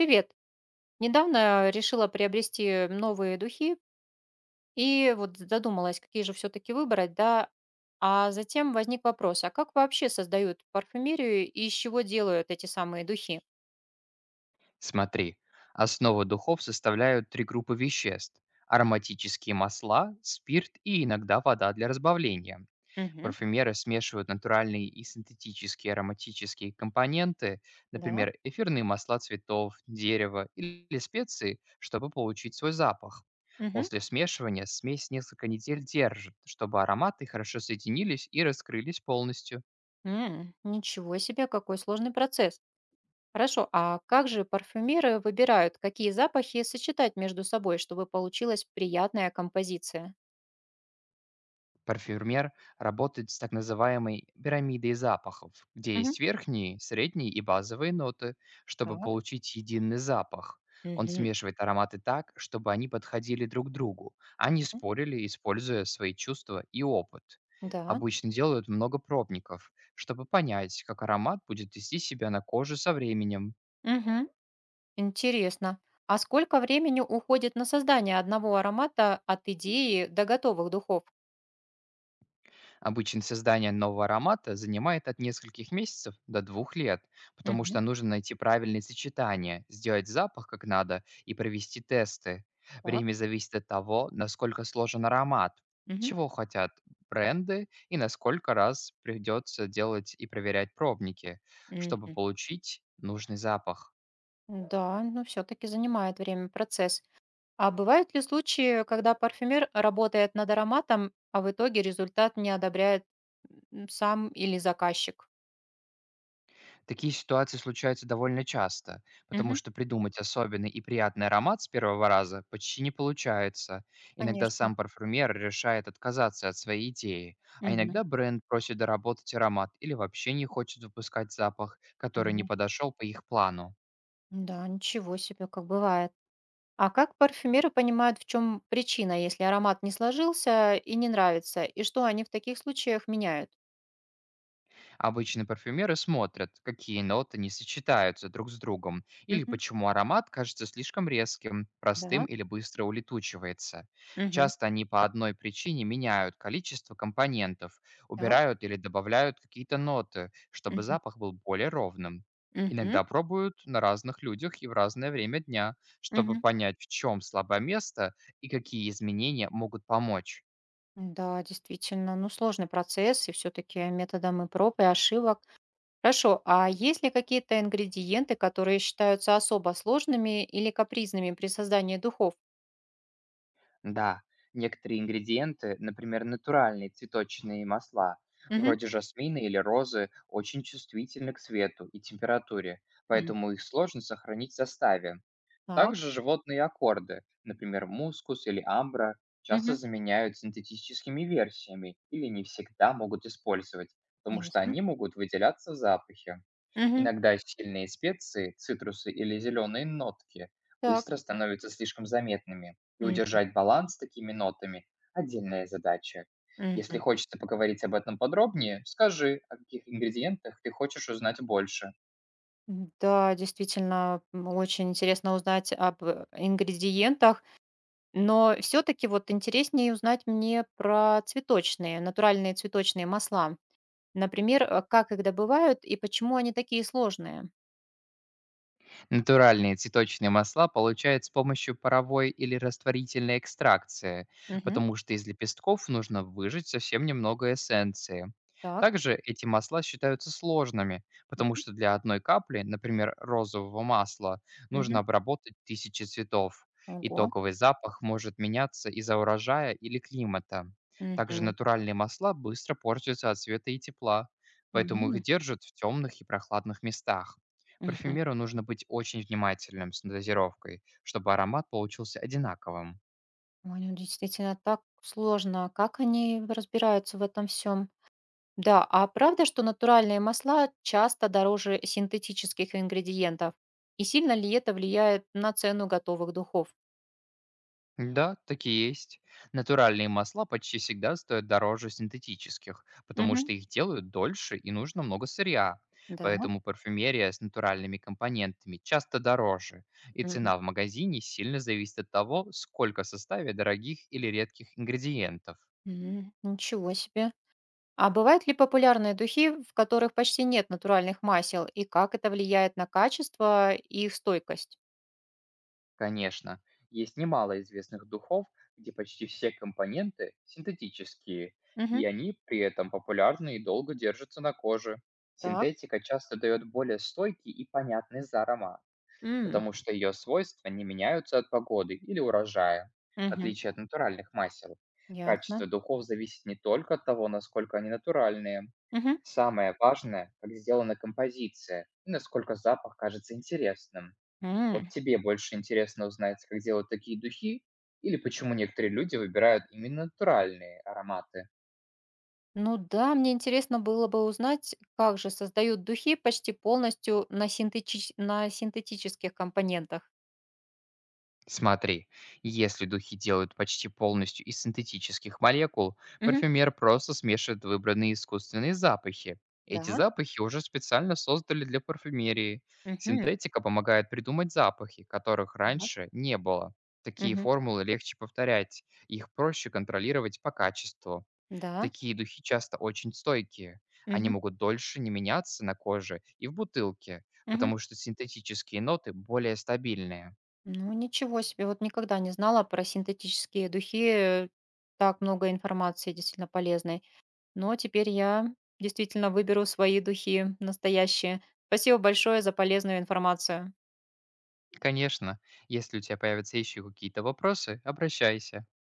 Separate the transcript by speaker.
Speaker 1: Привет. Недавно решила приобрести новые духи и вот задумалась, какие же все-таки выбрать, да. А затем возник вопрос, а как вообще создают парфюмерию и из чего делают эти самые духи?
Speaker 2: Смотри, основу духов составляют три группы веществ– ароматические масла, спирт и иногда вода для разбавления.
Speaker 1: Угу,
Speaker 2: Парфюмеры смешивают натуральные и синтетические ароматические компоненты,
Speaker 1: да.
Speaker 2: например, эфирные масла цветов, дерева или специи, чтобы получить свой запах.
Speaker 1: Угу.
Speaker 2: После смешивания смесь несколько недель держит, чтобы ароматы хорошо соединились и раскрылись полностью.
Speaker 1: Ничего себе, какой сложный процесс. Хорошо, а как же парфюмеры выбирают, какие запахи сочетать между собой, чтобы получилась приятная композиция?
Speaker 2: Парфюмер работает с так называемой пирамидой запахов, где
Speaker 1: Угу.
Speaker 2: есть верхние, средние и базовые ноты, чтобы
Speaker 1: Так.
Speaker 2: получить единый запах. Он
Speaker 1: Угу.
Speaker 2: смешивает ароматы так, чтобы они подходили друг другу, а не спорили, используя свои чувства и опыт.
Speaker 1: Да.
Speaker 2: Обычно делают много пробников, чтобы понять, как аромат будет вести себя на коже со временем.
Speaker 1: Мгм. Интересно. А сколько времени уходит на создание одного аромата от идеи до готовых духов?
Speaker 2: Обычно создание нового аромата занимает от нескольких месяцев до 2 лет, потому
Speaker 1: Мгм.
Speaker 2: что нужно найти правильные сочетания, сделать запах как надо и провести тесты.
Speaker 1: Так.
Speaker 2: Время зависит от того, насколько сложен аромат,
Speaker 1: Мгм.
Speaker 2: чего хотят бренды и насколько раз придется делать и проверять пробники, чтобы
Speaker 1: Мгм.
Speaker 2: получить нужный запах.
Speaker 1: Да, но все-таки занимает время процесс. А бывают ли случаи, когда парфюмер работает над ароматом, а в итоге результат не одобряет сам или заказчик?
Speaker 2: Такие ситуации случаются довольно часто, потому
Speaker 1: Мгм.
Speaker 2: что придумать особенный и приятный аромат с первого раза почти не получается. Иногда
Speaker 1: Конечно.
Speaker 2: сам парфюмер решает отказаться от своей идеи, а
Speaker 1: Мгм.
Speaker 2: иногда бренд просит доработать аромат или вообще не хочет выпускать запах, который не
Speaker 1: Мгм.
Speaker 2: подошел по их плану.
Speaker 1: Да, ничего себе, как бывает. А как парфюмеры понимают, в чем причина, если аромат не сложился и не нравится, и что они в таких случаях меняют?
Speaker 2: Обычно парфюмеры смотрят, какие ноты не сочетаются друг с другом, или
Speaker 1: Мгм.
Speaker 2: почему аромат кажется слишком резким, простым
Speaker 1: Да.
Speaker 2: или быстро улетучивается.
Speaker 1: Мгм.
Speaker 2: Часто они по одной причине меняют количество компонентов,
Speaker 1: Так.
Speaker 2: убирают или добавляют какие-то ноты, чтобы
Speaker 1: Мгм.
Speaker 2: запах был более ровным.
Speaker 1: Мгм.
Speaker 2: Иногда пробуют на разных людях и в разное время дня, чтобы
Speaker 1: Мгм.
Speaker 2: понять, в чем слабое место и какие изменения могут помочь.
Speaker 1: Да, действительно, ну сложный процесс, и все-таки методом и проб, и ошибок. Хорошо, а есть ли какие-то ингредиенты, которые считаются особо сложными или капризными при создании духов?
Speaker 2: Да, некоторые ингредиенты, например, натуральные цветочные масла,
Speaker 1: Мгм.
Speaker 2: вроде жасмина или розы, очень чувствительны к свету и температуре,
Speaker 1: Мгм.
Speaker 2: поэтому их сложно сохранить в составе.
Speaker 1: Так.
Speaker 2: Также животные аккорды, например, мускус или амбра, часто
Speaker 1: Мгм.
Speaker 2: заменяют синтетическими версиями или не всегда могут использовать, потому что
Speaker 1: Ясно.
Speaker 2: они могут выделяться в запахе.
Speaker 1: Мгм.
Speaker 2: Иногда сильные специи, цитрусы или зеленые нотки
Speaker 1: Так.
Speaker 2: быстро становятся слишком заметными, и
Speaker 1: Мгм.
Speaker 2: удержать баланс с такими нотами– отдельная задача. Если
Speaker 1: Мгм.
Speaker 2: хочется поговорить об этом подробнее, скажи, о каких ингредиентах ты хочешь узнать больше.
Speaker 1: Да, действительно, очень интересно узнать об ингредиентах, но все-таки вот интереснее узнать мне про цветочные, натуральные цветочные масла. Например, как их добывают и почему они такие сложные.
Speaker 2: Натуральные цветочные масла получают с помощью паровой или растворительной экстракции,
Speaker 1: Мгм.
Speaker 2: потому что из лепестков нужно выжать совсем немного эссенции.
Speaker 1: Так.
Speaker 2: Также эти масла считаются сложными, потому
Speaker 1: Мгм.
Speaker 2: что для одной капли, например, розового масла, нужно
Speaker 1: Мгм.
Speaker 2: обработать 1000 цветов.
Speaker 1: Ого.
Speaker 2: Итоговый запах может меняться из-за урожая или климата. Также
Speaker 1: Мгм.
Speaker 2: натуральные масла быстро портятся от света и тепла, поэтому
Speaker 1: Мгм.
Speaker 2: их держат в темных и прохладных местах.
Speaker 1: Мгм.
Speaker 2: Парфюмеру нужно быть очень внимательным с дозировкой, чтобы аромат получился одинаковым.
Speaker 1: Ой, ну действительно так сложно. Как они разбираются в этом всем? Да, а правда, что натуральные масла часто дороже синтетических ингредиентов? И сильно ли это влияет на цену готовых духов?
Speaker 2: Да, такие есть. Натуральные масла почти всегда стоят дороже синтетических, потому
Speaker 1: Мгм.
Speaker 2: что их делают дольше и нужно много сырья.
Speaker 1: Да.
Speaker 2: Поэтому парфюмерия с натуральными компонентами часто дороже, и
Speaker 1: Мгм.
Speaker 2: цена в магазине сильно зависит от того, сколько в составе дорогих или редких ингредиентов.
Speaker 1: Ничего себе. А бывают ли популярные духи, в которых почти нет натуральных масел, и как это влияет на качество и их стойкость?
Speaker 2: Конечно, есть немало известных духов, где почти все компоненты синтетические,
Speaker 1: Мгм.
Speaker 2: и они при этом популярны и долго держатся на коже.
Speaker 1: Так.
Speaker 2: Синтетика часто дает более стойкий и понятный за аромат,
Speaker 1: М,
Speaker 2: потому что ее свойства не меняются от погоды или урожая, в
Speaker 1: мгм.
Speaker 2: отличие от натуральных масел. Качество
Speaker 1: Ясно.
Speaker 2: духов зависит не только от того, насколько они натуральные.
Speaker 1: Мгм.
Speaker 2: Самое важное, как сделана композиция и насколько запах кажется интересным. Вот
Speaker 1: М.
Speaker 2: тебе больше интересно узнать, как делают такие духи, или почему некоторые люди выбирают именно натуральные ароматы?
Speaker 1: Ну да, мне интересно было бы узнать, как же создают духи почти полностью на синтетических компонентах.
Speaker 2: Смотри, если духи делают почти полностью из синтетических молекул,
Speaker 1: Мгм.
Speaker 2: парфюмер просто смешивает выбранные искусственные запахи. Эти
Speaker 1: Да.
Speaker 2: запахи уже специально создали для парфюмерии.
Speaker 1: Мгм.
Speaker 2: Синтетика помогает придумать запахи, которых
Speaker 1: Так.
Speaker 2: раньше не было. Такие
Speaker 1: Мгм.
Speaker 2: формулы легче повторять, их проще контролировать по качеству.
Speaker 1: Да.
Speaker 2: Такие духи часто очень стойкие. Они
Speaker 1: Мгм.
Speaker 2: могут дольше не меняться на коже и в бутылке,
Speaker 1: Мгм.
Speaker 2: потому что синтетические ноты более стабильные.
Speaker 1: Ну ничего себе, вот никогда не знала про синтетические духи. Так много информации действительно полезной. Но теперь я действительно выберу свои духи настоящие. Спасибо большое за полезную информацию.
Speaker 2: Конечно, если у тебя появятся еще какие-то вопросы, обращайся.